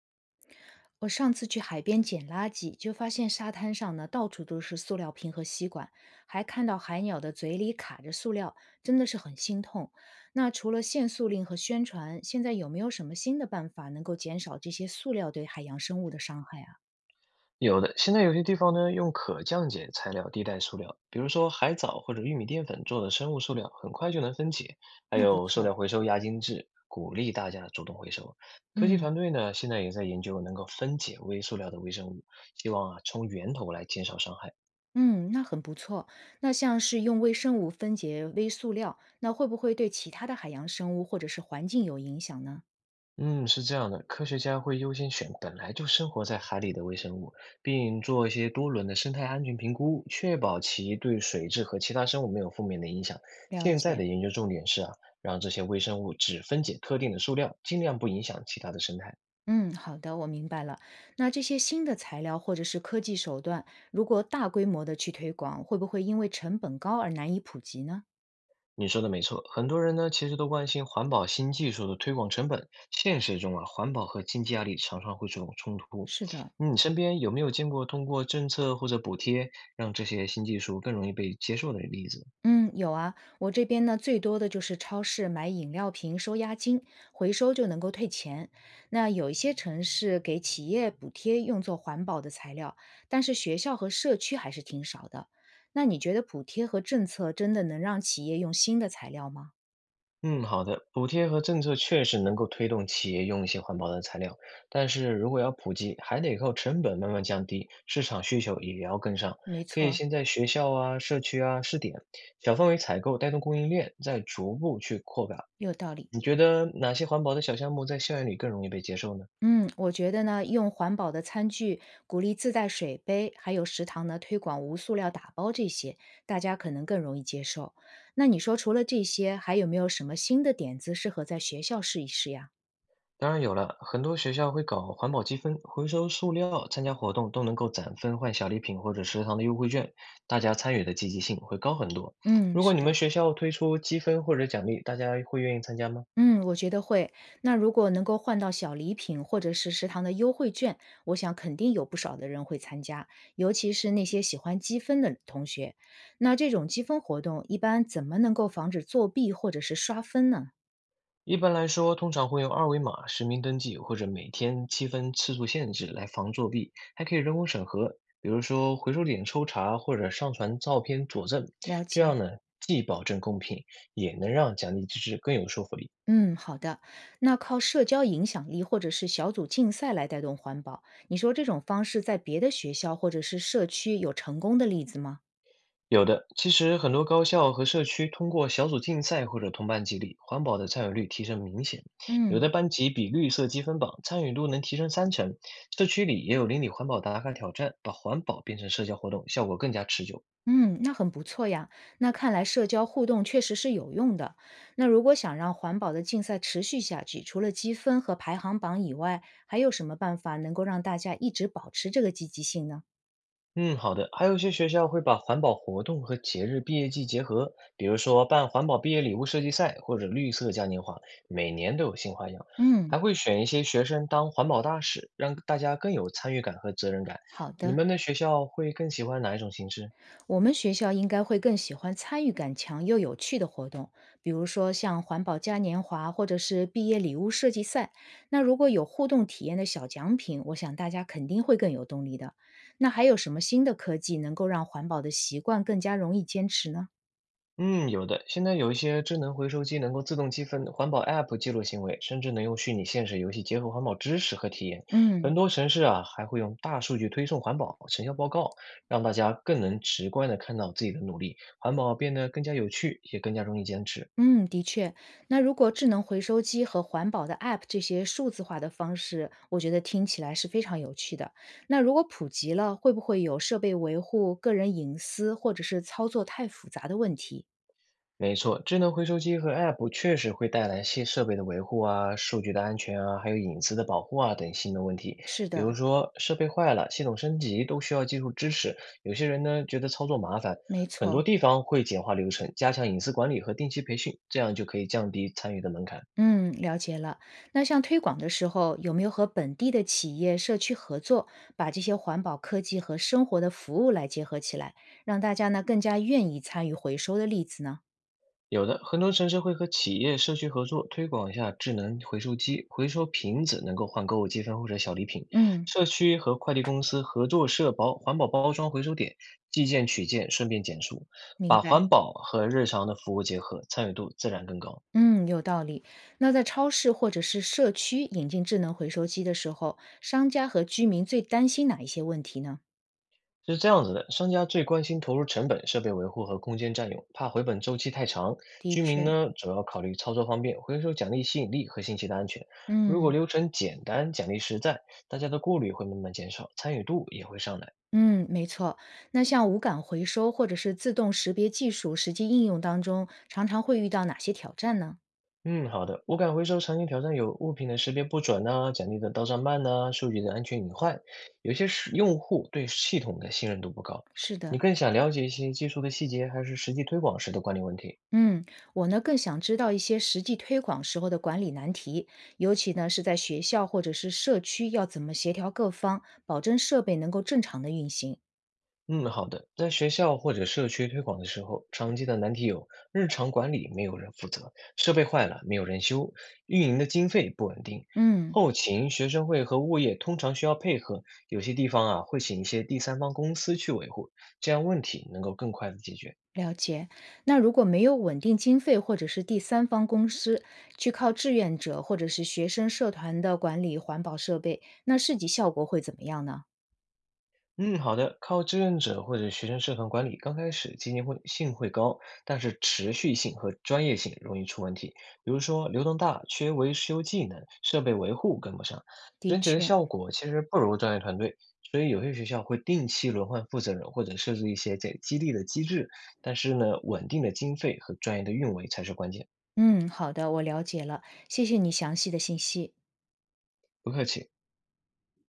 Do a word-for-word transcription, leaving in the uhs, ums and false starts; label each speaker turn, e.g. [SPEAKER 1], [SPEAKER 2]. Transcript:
[SPEAKER 1] 我上次去海边捡垃圾，就发现沙滩上呢到处都是塑料瓶和吸管，还看到海鸟的嘴里卡着塑料，真的是很心痛。那除了限塑令和宣传，现在有没有什么新的办法能够减少这些塑料对海洋生物的伤害啊？
[SPEAKER 2] 有的，现在有些地方呢，用可降解材料替代塑料，比如说海藻或者玉米淀粉做的生物塑料，很快就能分解。还
[SPEAKER 1] 那不
[SPEAKER 2] 有塑
[SPEAKER 1] 错，
[SPEAKER 2] 料回收押金制，鼓励大家主动回收。科技
[SPEAKER 1] 嗯
[SPEAKER 2] 团队呢，现在也在研究能够分解微塑料的微生物，希望啊从源头来减少伤害。
[SPEAKER 1] 嗯，那很不错。那像是用微生物分解微塑料，那会不会对其他的海洋生物或者是环境有影响呢？
[SPEAKER 2] 嗯，是这样的，科学家会优先选本来就生活在海里的微生物，并做一些多轮的生态安全评估，确保其对水质和其他生物没有负面的影响。
[SPEAKER 1] 了
[SPEAKER 2] 现在
[SPEAKER 1] 解，
[SPEAKER 2] 的研究重点是啊，让这些微生物只分解特定的数量，尽量不影响其他的生态。
[SPEAKER 1] 嗯，好的，我明白了。那这些新的材料或者是科技手段，如果大规模的去推广，会不会因为成本高而难以普及呢？
[SPEAKER 2] 你说的没错，很多人呢其实都关心环保新技术的推广成本，现实中啊，环保和经济压力常常会这种冲突。
[SPEAKER 1] 是的，
[SPEAKER 2] 嗯你身边有没有见过通过政策或者补贴让这些新技术更容易被接受的例子？
[SPEAKER 1] 嗯，有啊，我这边呢最多的就是超市买饮料瓶收押金，回收就能够退钱。那有一些城市给企业补贴用作环保的材料，但是学校和社区还是挺少的。那你觉得补贴和政策真的能让企业用新的材料吗？
[SPEAKER 2] 嗯，好的。补贴和政策确实能够推动企业用一些环保的材料，但是如果要普及，还得靠成本慢慢降低，市场需求也要跟上。
[SPEAKER 1] 没
[SPEAKER 2] 可以
[SPEAKER 1] 错，
[SPEAKER 2] 先在学校啊、社区啊试点，小范围采购带动供应链，再逐步去扩大。
[SPEAKER 1] 有道理。
[SPEAKER 2] 你觉得哪些环保的小项目在校园里更容易被接受呢？
[SPEAKER 1] 嗯，我觉得呢，用环保的餐具，鼓励自带水杯，还有食堂呢推广无塑料打包这些，大家可能更容易接受。那你说除了这些，还有没有什么新的点子适合在学校试一试呀？
[SPEAKER 2] 当然有了，很多学校会搞环保积分，回收塑料，参加活动都能够攒分换小礼品或者食堂的优惠券，大家参与的积极性会高很多。
[SPEAKER 1] 嗯，
[SPEAKER 2] 如果
[SPEAKER 1] 是
[SPEAKER 2] 你们
[SPEAKER 1] 的，
[SPEAKER 2] 学校推出积分或者奖励，大家会愿意参加吗？
[SPEAKER 1] 嗯，我觉得会。那如果能够换到小礼品或者是食堂的优惠券，我想肯定有不少的人会参加，尤其是那些喜欢积分的同学。那这种积分活动一般怎么能够防止作弊或者是刷分呢？
[SPEAKER 2] 一般来说，通常会用二维码实名登记或者每天积分次数限制来防作弊，还可以人工审核，比如说回收点抽查或者上传照片佐证，
[SPEAKER 1] 了
[SPEAKER 2] 这
[SPEAKER 1] 解。
[SPEAKER 2] 样呢，既保证公平，也能让奖励机制更有说服力。
[SPEAKER 1] 嗯，好的。那靠社交影响力或者是小组竞赛来带动环保，你说这种方式在别的学校或者是社区有成功的例子吗？
[SPEAKER 2] 有的，其实很多高校和社区通过小组竞赛或者同伴激励，环保的参与率提升明显。有
[SPEAKER 1] 嗯，
[SPEAKER 2] 的班级比绿色积分榜参与度能提升三成，社区里也有邻里环保打卡挑战，把环保变成社交活动，效果更加持久。
[SPEAKER 1] 嗯，那很不错呀。那看来社交互动确实是有用的。那如果想让环保的竞赛持续下去，除了积分和排行榜以外，还有什么办法能够让大家一直保持这个积极性呢？
[SPEAKER 2] 嗯，好的。还有一些学校会把环保活动和节日毕业季结合，比如说办环保毕业礼物设计赛或者绿色嘉年华，每年都有新花样。
[SPEAKER 1] 嗯，
[SPEAKER 2] 还会选一些学生当环保大使，让大家更有参与感和责任感。
[SPEAKER 1] 好
[SPEAKER 2] 你
[SPEAKER 1] 的。
[SPEAKER 2] 们的学校会更喜欢哪一种形式？
[SPEAKER 1] 我们学校应该会更喜欢参与感强又有趣的活动，比如说像环保嘉年华或者是毕业礼物设计赛。那如果有互动体验的小奖品，我想大家肯定会更有动力的。那还有什么新的科技能够让环保的习惯更加容易坚持呢？
[SPEAKER 2] 嗯，有的。现在有一些智能回收机能够自动积分，环保 App 记录行为，甚至能用虚拟现实游戏结合环保知识和体验。
[SPEAKER 1] 嗯。
[SPEAKER 2] 很多城市啊，还会用大数据推送环保成效报告，让大家更能直观的看到自己的努力，环保变得更加有趣，也更加容易坚持。
[SPEAKER 1] 嗯，的确，那如果智能回收机和环保的 A P P 这些数字化的方式，我觉得听起来是非常有趣的。那如果普及了，会不会有设备维护、个人隐私或者是操作太复杂的问题？
[SPEAKER 2] 没错，智能回收机和 App 确实会带来新设备的维护啊、数据的安全啊，还有隐私的保护啊等新的问题。
[SPEAKER 1] 是
[SPEAKER 2] 比
[SPEAKER 1] 的，
[SPEAKER 2] 如说设备坏了，系统升级都需要技术支持。有些人呢觉得操作麻烦，
[SPEAKER 1] 没
[SPEAKER 2] 很
[SPEAKER 1] 错。
[SPEAKER 2] 多地方会简化流程，加强隐私管理和定期培训，这样就可以降低参与的门槛。
[SPEAKER 1] 嗯，了解了。那像推广的时候，有没有和本地的企业、社区合作，把这些环保科技和生活的服务来结合起来，让大家呢更加愿意参与回收的例子呢？
[SPEAKER 2] 有的，很多城市会和企业、社区合作推广一下智能回收机，回收瓶子能够换购物积分或者小礼品。
[SPEAKER 1] 嗯，
[SPEAKER 2] 社区和快递公司合作社包环保包装回收点，寄件取件顺便减速，
[SPEAKER 1] 明
[SPEAKER 2] 把
[SPEAKER 1] 白。
[SPEAKER 2] 环保和日常的服务结合，参与度自然更高。
[SPEAKER 1] 嗯，有道理。那在超市或者是社区引进智能回收机的时候，商家和居民最担心哪一些问题呢？
[SPEAKER 2] 是这样子的，商家最关心投入成本、设备维护和空间占用，怕回本周期太长。
[SPEAKER 1] 的
[SPEAKER 2] 居民
[SPEAKER 1] 确，
[SPEAKER 2] 呢，主要考虑操作方便、回收奖励吸引力和信息的安全。如果
[SPEAKER 1] 嗯
[SPEAKER 2] 流程简单、奖励实在，大家的顾虑会慢慢减少，参与度也会上来。
[SPEAKER 1] 嗯，没错。那像无感回收或者是自动识别技术实际应用当中，常常会遇到哪些挑战呢？
[SPEAKER 2] 嗯，好的。物感回收常见挑战有物品的识别不准呐、奖励的到账慢呐、数据的安全隐患。有些是用户对系统的信任度不高。
[SPEAKER 1] 是的。
[SPEAKER 2] 你更想了解一些技术的细节，还是实际推广时的管理问题？
[SPEAKER 1] 嗯，我呢更想知道一些实际推广时候的管理难题，尤其呢是在学校或者是社区要怎么协调各方，保证设备能够正常的运行。
[SPEAKER 2] 嗯，好的。在学校或者社区推广的时候，常见的难题有：日常管理没有人负责，设备坏了没有人修，运营的经费不稳定。
[SPEAKER 1] 嗯。
[SPEAKER 2] 后勤、学生会和物业通常需要配合，有些地方啊会请一些第三方公司去维护，这样问题能够更快的解决。
[SPEAKER 1] 了解，那如果没有稳定经费或者是第三方公司去靠志愿者或者是学生社团的管理环保设备，那市集效果会怎么样呢？
[SPEAKER 2] 嗯，好的。靠志愿者或者学生社团管理，刚开始积极会性会高，但是持续性和专业性容易出问题。比如说流动大，缺维修技能，设备维护跟不上，
[SPEAKER 1] 的
[SPEAKER 2] 整体的
[SPEAKER 1] 确，
[SPEAKER 2] 效果其实不如专业团队。所以有些学校会定期轮换负责人，或者设置一些这激励的机制。但是呢，稳定的经费和专业的运维才是关键。
[SPEAKER 1] 嗯，好的，我了解了，谢谢你详细的信息。
[SPEAKER 2] 不客气。